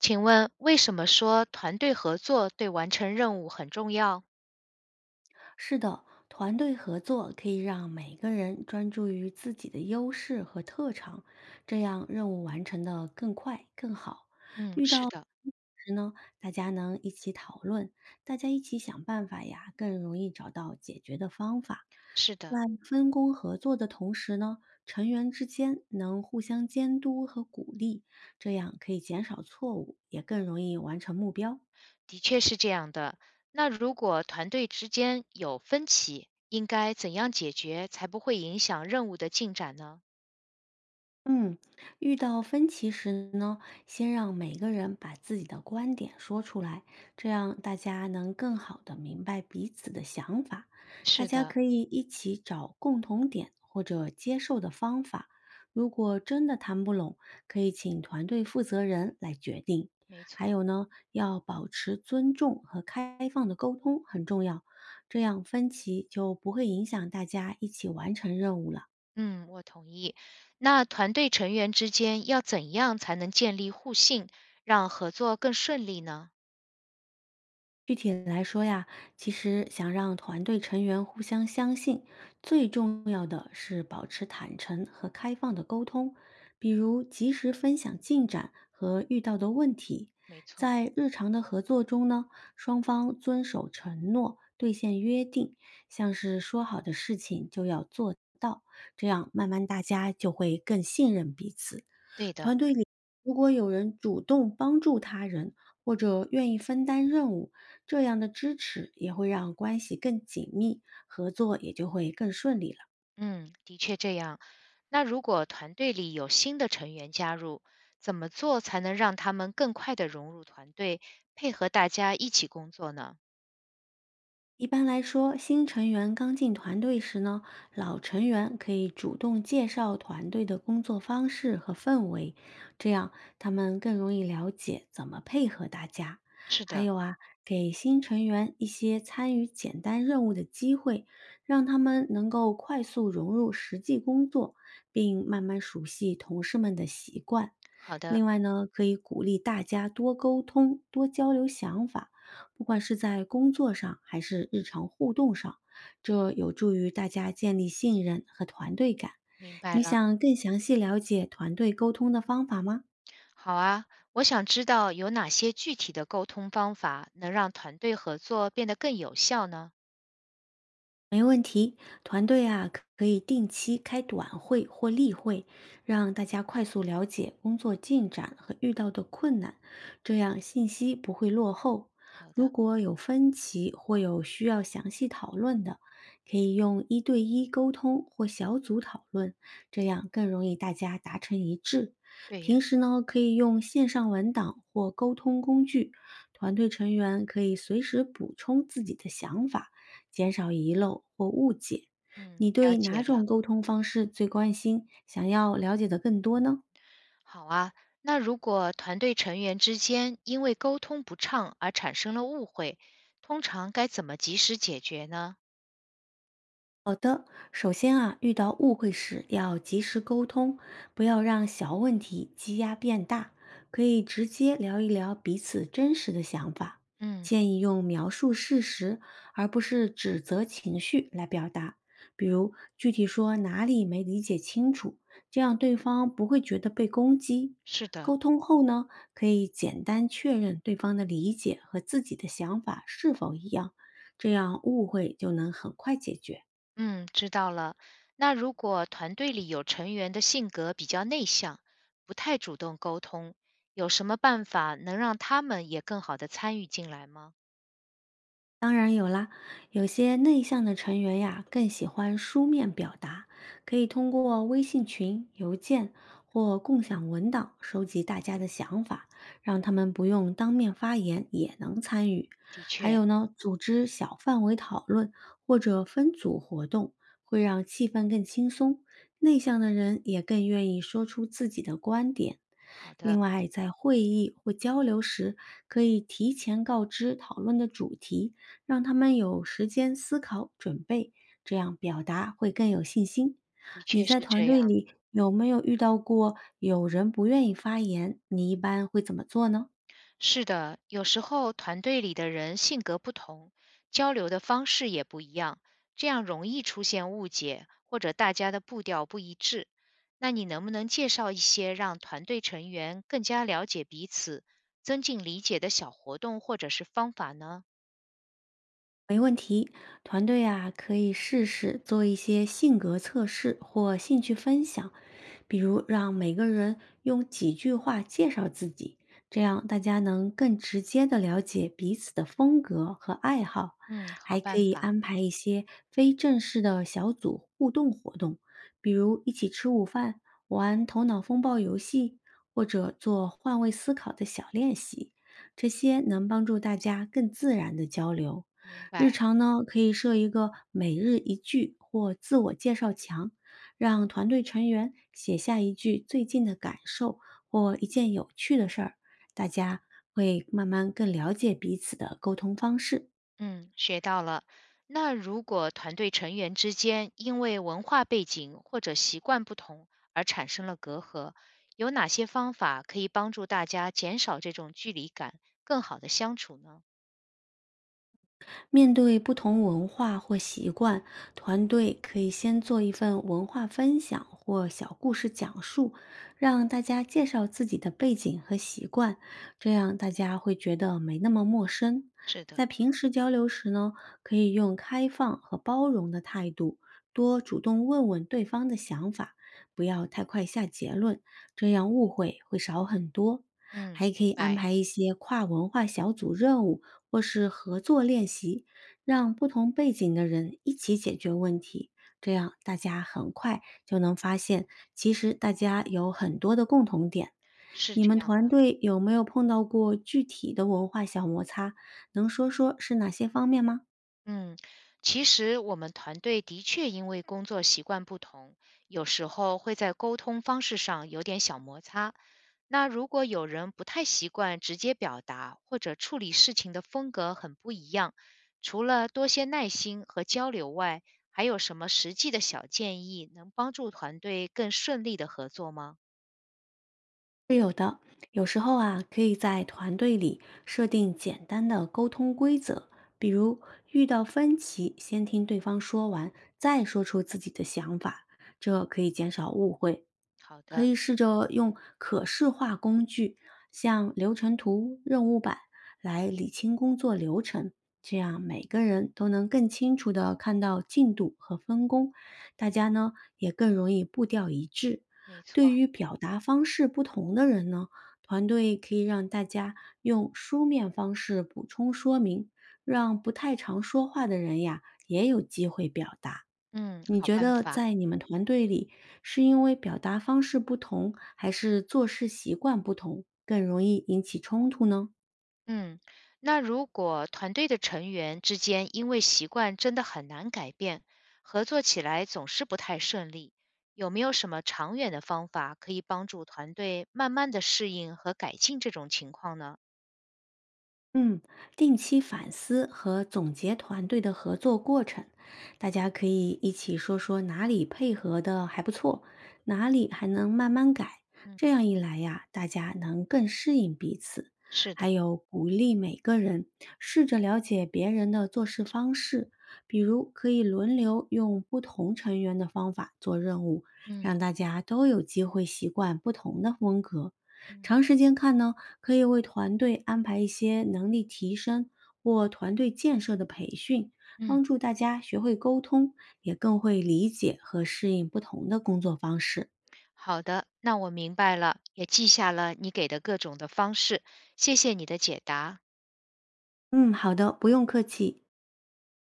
请问为什么说团队合作对完成任务很重要？是的，团队合作可以让每个人专注于自己的优势和特长，这样任务完成的更快更好。嗯，是的，同时呢，大家能一起讨论，大家一起想办法呀，更容易找到解决的方法。是在的，分工合作的同时呢，成员之间能互相监督和鼓励，这样可以减少错误，也更容易完成目标。的确是这样的。那如果团队之间有分歧，应该怎样解决才不会影响任务的进展呢？嗯，遇到分歧时呢，先让每个人把自己的观点说出来，这样大家能更好的明白彼此的想法。大是家的，可以一起找共同点或者接受的方法。如果真的谈不拢，可以请团队负责人来决定。没还错。有呢，要保持尊重和开放的沟通很重要，这样分歧就不会影响大家一起完成任务了。嗯，我同意。那团队成员之间要怎样才能建立互信，让合作更顺利呢？具体来说呀，其实想让团队成员互相相信，最重要的是保持坦诚和开放的沟通，比如及时分享进展和遇到的问题。没错，在日常的合作中呢，双方遵守承诺，兑现约定，像是说好的事情就要做到，这样慢慢大家就会更信任彼此。对的。团队里如果有人主动帮助他人，或者愿意分担任务，这样的支持也会让关系更紧密，合作也就会更顺利了。嗯，的确这样。那如果团队里有新的成员加入，怎么做才能让他们更快地融入团队，配合大家一起工作呢？一般来说，新成员刚进团队时呢，老成员可以主动介绍团队的工作方式和氛围，这样他们更容易了解怎么配合大家。是还的，有啊，给新成员一些参与简单任务的机会，让他们能够快速融入实际工作，并慢慢熟悉同事们的习惯。好的，另外呢，可以鼓励大家多沟通、多交流想法，不管是在工作上还是日常互动上，这有助于大家建立信任和团队感。明白你了。想更详细了解团队沟通的方法吗？好啊，我想知道有哪些具体的沟通方法能让团队合作变得更有效呢？没问题，团队啊可以定期开短会或例会，让大家快速了解工作进展和遇到的困难，这样信息不会落后。好如的，果有分歧或有需要详细讨论的，可以用一对一沟通或小组讨论，这样更容易大家达成一致。对呀。平时呢，可以用线上文档或沟通工具，团队成员可以随时补充自己的想法。减少遗漏或误解。嗯，你了对哪解种了。沟通方式最关心？想要了解的更多呢？好啊，那如果团队成员之间因为沟通不畅而产生了误会，通常该怎么及时解决呢？首先啊，遇到误会时要及时沟通，不要让小问题积压变大，可以直接聊一聊彼此真实的想法。嗯，建议用描述事实，而不是指责情绪来表达，比如具体说哪里没理解清楚，这样对方不会觉得被攻击。是的，沟通后呢，可以简单确认对方的理解和自己的想法是否一样，这样误会就能很快解决。嗯，知道了。那如果团队里有成员的性格比较内向，不太主动沟通，有什么办法能让他们也更好的参与进来吗？当然有啦，有些内向的成员呀，更喜欢书面表达，可以通过微信群、邮件或共享文档收集大家的想法，让他们不用当面发言也能参与。的还确，有呢，组织小范围讨论或者分组活动，会让气氛更轻松，内向的人也更愿意说出自己的观点。好另的，外，在会议或交流时，可以提前告知讨论的主题。让他们有时间思考、准备，这样表达会更有信心。的你确在是团这队样。里有没有遇到过有人不愿意发言？你一般会怎么做呢？是的，有时候团队里的人性格不同，交流的方式也不一样，这样容易出现误解或者大家的步调不一致。那你能不能介绍一些让团队成员更加了解彼此、增进理解的小活动或者是方法呢？没问题，团队啊可以试试做一些性格测试或兴趣分享，比如让每个人用几句话介绍自己，这样大家能更直接的了解彼此的风格和爱好。嗯，还好可办以法，安排一些非正式的小组互动活动，比如一起吃午饭、玩头脑风暴游戏，或者做换位思考的小练习，这些能帮助大家更自然的交流。明日白。常呢，可以设一个每日一句或自我介绍墙，让团队成员写下一句最近的感受或一件有趣的事儿，大家会慢慢更了解彼此的沟通方式。嗯，学到了。那如果团队成员之间因为文化背景或者习惯不同而产生了隔阂，有哪些方法可以帮助大家减少这种距离感，更好的相处呢？面对不同文化或习惯，团队可以先做一份文化分享或小故事讲述，让大家介绍自己的背景和习惯，这样大家会觉得没那么陌生。是的，在平时交流时呢，可以用开放和包容的态度，多主动问问对方的想法，不要太快下结论，这样误会会少很多。嗯，还可明以安白，排一些跨文化小组任务或是合作练习，让不同背景的人一起解决问题。这样大家很快就能发现，其实大家有很多的共同点。是你这们样。团队有没有碰到过具体的文化小摩擦？能说说是哪些方面吗？嗯，其实我们团队的确因为工作习惯不同，有时候会在沟通方式上有点小摩擦。那如果有人不太习惯直接表达，或者处理事情的风格很不一样，除了多些耐心和交流外，还有什么实际的小建议能帮助团队更顺利的合作吗？是有的，有时候啊，可以在团队里设定简单的沟通规则，比如遇到分歧，先听对方说完，再说出自己的想法，这可以减少误会，好可的，以试着用可视化工具，像流程图、任务板来理清工作流程，这样每个人都能更清楚地看到进度和分工，大家呢也更容易步调一致。没错，对于表达方式不同的人呢，团队可以让大家用书面方式补充说明，让不太常说话的人呀也有机会表达。嗯，你好觉办得法。在你们团队里，是因为表达方式不同，还是做事习惯不同，更容易引起冲突呢？嗯，那如果团队的成员之间因为习惯真的很难改变，合作起来总是不太顺利，有没有什么长远的方法可以帮助团队慢慢的适应和改进这种情况呢？嗯，定期反思和总结团队的合作过程，大家可以一起说说哪里配合的还不错，哪里还能慢慢改。嗯这样一来呀，大家能更适应彼此。是还的，有鼓励每个人试着了解别人的做事方式，比如可以轮流用不同成员的方法做任务，嗯让大家都有机会习惯不同的风格。嗯长时间看呢，可以为团队安排一些能力提升或团队建设的培训，嗯，帮助大家学会沟通，也更会理解和适应不同的工作方式。好的，那我明白了，也记下了你给的各种的方式，谢谢你的解答。嗯，好的，不用客气。